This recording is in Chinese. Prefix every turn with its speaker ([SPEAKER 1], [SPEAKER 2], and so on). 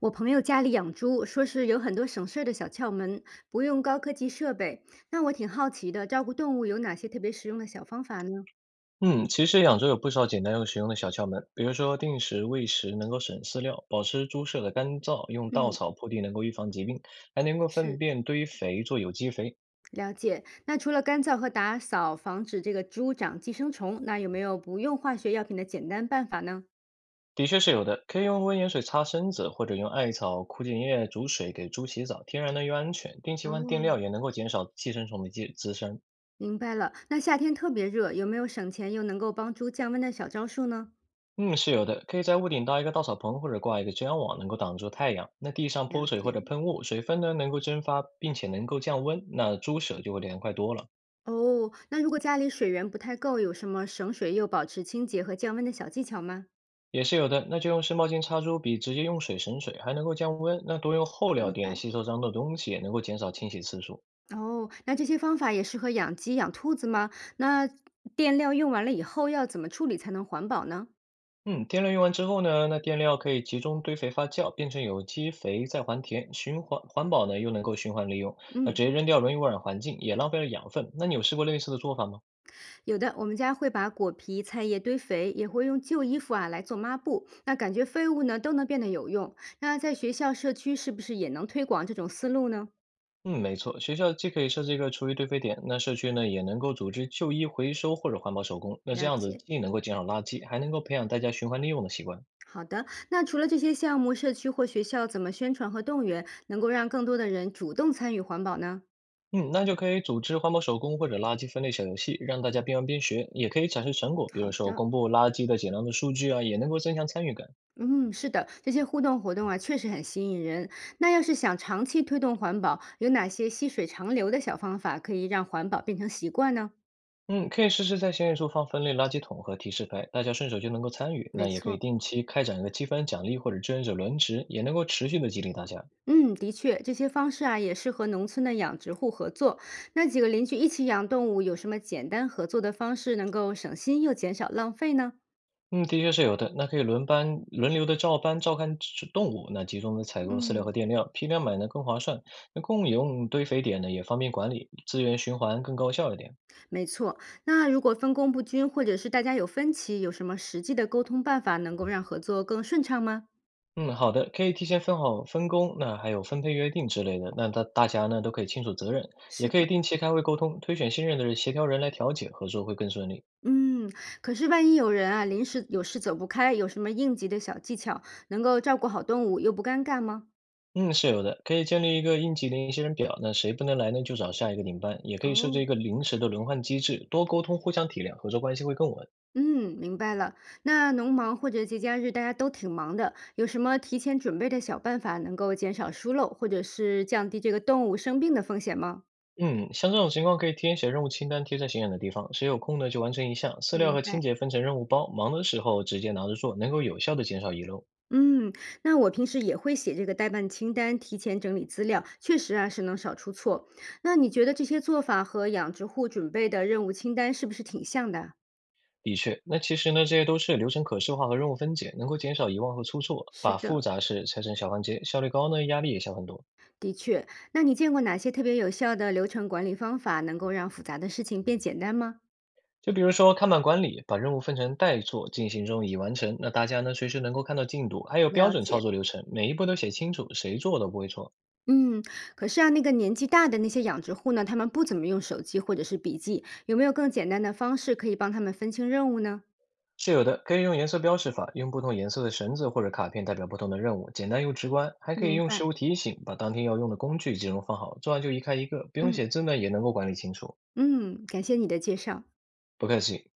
[SPEAKER 1] 我朋友家里养猪，说是有很多省事儿的小窍门，不用高科技设备。那我挺好奇的，照顾动物有哪些特别实用的小方法呢？
[SPEAKER 2] 嗯，其实养猪有不少简单又实用的小窍门，比如说定时喂食能够省饲料，保持猪舍的干燥，用稻
[SPEAKER 1] 嗯，
[SPEAKER 2] 草铺地能够预防疾病，还能够粪
[SPEAKER 1] 是，
[SPEAKER 2] 便堆肥做有机肥。
[SPEAKER 1] 了解。那除了干燥和打扫，防止这个猪长寄生虫，那有没有不用化学药品的简单办法呢？
[SPEAKER 2] 的确是有的，可以用温盐水擦身子，或者用艾草、枯井叶煮水给猪洗澡，天然的又安全，定期换垫
[SPEAKER 1] 哦，
[SPEAKER 2] 料也能够减少寄生虫的寄滋生。
[SPEAKER 1] 明白了。那夏天特别热，有没有省钱又能够帮猪降温的小招数呢？
[SPEAKER 2] 嗯，是有的，可以在屋顶搭一个稻草棚或者挂一个遮阳网，能够挡住太阳。那地上
[SPEAKER 1] 了
[SPEAKER 2] 泼水或
[SPEAKER 1] 解。
[SPEAKER 2] 者喷雾，水分呢能够蒸发，并且能够降温，那猪舍就会凉快多了。
[SPEAKER 1] 哦，那如果家里水源不太够，有什么省水又保持清洁和降温的小技巧吗？
[SPEAKER 2] 也是有的，那就用湿毛巾擦珠比直接用水省水，还能够降温。那多用厚料
[SPEAKER 1] 明
[SPEAKER 2] 垫
[SPEAKER 1] 白。
[SPEAKER 2] 吸收脏的东西，也能够减少清洗次数。
[SPEAKER 1] 哦，那这些方法也适合养鸡、养兔子吗？那垫料用完了以后要怎么处理才能环保呢？
[SPEAKER 2] 嗯，电料用完之后呢，那电料可以集中堆肥发酵，变成有机肥再还田，循环环保呢又能够循环利用。那
[SPEAKER 1] 嗯，
[SPEAKER 2] 直接扔掉容易污染环境，也浪费了养分。那你有试过类似的做法吗？
[SPEAKER 1] 有的，我们家会把果皮、菜叶堆肥，也会用旧衣服啊来做抹布。那感觉废物呢都能变得有用。那在学校、社区是不是也能推广这种思路呢？
[SPEAKER 2] 嗯，没错，学校既可以设置一个厨余堆肥点，那社区呢也能够组织旧衣回收或者环保手工。那这
[SPEAKER 1] 了
[SPEAKER 2] 样子
[SPEAKER 1] 解。
[SPEAKER 2] 既能够减少垃圾，还能够培养大家循环利用的习惯。
[SPEAKER 1] 好的，那除了这些项目，社区或学校怎么宣传和动员，能够让更多的人主动参与环保呢？
[SPEAKER 2] 嗯，那就可以组织环保手工或者垃圾分类小游戏，让大家边玩边学，也可以展示成果，比
[SPEAKER 1] 好
[SPEAKER 2] 如说
[SPEAKER 1] 的，
[SPEAKER 2] 公布垃圾的减量的数据啊，也能够增强参与感。
[SPEAKER 1] 嗯，是的，这些互动活动啊，确实很吸引人。那要是想长期推动环保，有哪些细水长流的小方法可以让环保变成习惯呢？
[SPEAKER 2] 嗯，可以试试在显眼处放分类垃圾桶和提示牌，大家顺手就能够参与。
[SPEAKER 1] 没
[SPEAKER 2] 那也可以
[SPEAKER 1] 错，
[SPEAKER 2] 定期开展一个积分奖励或者志愿者轮值，也能够持续的激励大家。
[SPEAKER 1] 嗯，的确，这些方式啊，也适合农村的养殖户合作。那几个邻居一起养动物，有什么简单合作的方式能够省心又减少浪费呢？
[SPEAKER 2] 嗯，的确是有的。那可以轮班轮流的照班照看这动物，那集中的采购饲料和
[SPEAKER 1] 嗯，
[SPEAKER 2] 垫料，批量买呢更划算。那共用堆肥点呢也方便管理，资源循环更高效一点。
[SPEAKER 1] 没错。那如果分工不均，或者是大家有分歧，有什么实际的沟通办法能够让合作更顺畅吗？
[SPEAKER 2] 嗯，好的，可以提前分好分工，那还有分配约定之类的，那大家呢都可以清楚责任，也
[SPEAKER 1] 是
[SPEAKER 2] 可以
[SPEAKER 1] 的。
[SPEAKER 2] 定期开会沟通，推选信任的人协调人来调解，合作会更顺利。
[SPEAKER 1] 嗯，可是万一有人啊，临时有事走不开，有什么应急的小技巧，能够照顾好动物又不尴尬吗？
[SPEAKER 2] 嗯，是有的，可以建立一个应急联系人表，那谁不能来呢，就找下一个领班，也可以设置
[SPEAKER 1] 哦，
[SPEAKER 2] 一个临时的轮换机制，多沟通，互相体谅，合作关系会更稳。
[SPEAKER 1] 嗯，明白了。那农忙或者节假日大家都挺忙的，有什么提前准备的小办法，能够减少疏漏，或者是降低这个动物生病的风险吗？
[SPEAKER 2] 嗯，像这种情况可以提前写任务清单贴在显眼的地方，谁有空呢就完成一项，饲料
[SPEAKER 1] 明
[SPEAKER 2] 和清
[SPEAKER 1] 白。
[SPEAKER 2] 洁分成任务包，忙的时候直接拿着做，能够有效的减少遗漏。
[SPEAKER 1] 嗯，那我平时也会写这个代办清单，提前整理资料，确实啊是能少出错。那你觉得这些做法和养殖户准备的任务清单是不是挺像的？
[SPEAKER 2] 的确，那其实呢，这些都是流程可视化和任务分解，能够减少遗忘和出错，
[SPEAKER 1] 是
[SPEAKER 2] 把
[SPEAKER 1] 的，
[SPEAKER 2] 复杂事拆成小环节，效率高呢，压力也小很多。
[SPEAKER 1] 的确，那你见过哪些特别有效的流程管理方法，能够让复杂的事情变简单吗？
[SPEAKER 2] 就比如说看板管理，把任务分成待做、进行中、已完成，那大家呢随时能够看到进度，还有标
[SPEAKER 1] 了
[SPEAKER 2] 准操
[SPEAKER 1] 解，
[SPEAKER 2] 作流程，每一步都写清楚，谁做都不会错。
[SPEAKER 1] 嗯，可是啊，那个年纪大的那些养殖户呢，他们不怎么用手机或者是笔记，有没有更简单的方式可以帮他们分清任务呢？
[SPEAKER 2] 是有的，可以用颜色标识法，用不同颜色的绳子或者卡片代表不同的任务，简单又直观。还可以
[SPEAKER 1] 明
[SPEAKER 2] 用
[SPEAKER 1] 白。
[SPEAKER 2] 事物提醒，把当天要用的工具集中放好，做完就一开一个，不用
[SPEAKER 1] 嗯
[SPEAKER 2] 写字呢也能够管理清楚。
[SPEAKER 1] 嗯，感谢你的介绍。
[SPEAKER 2] 不客气。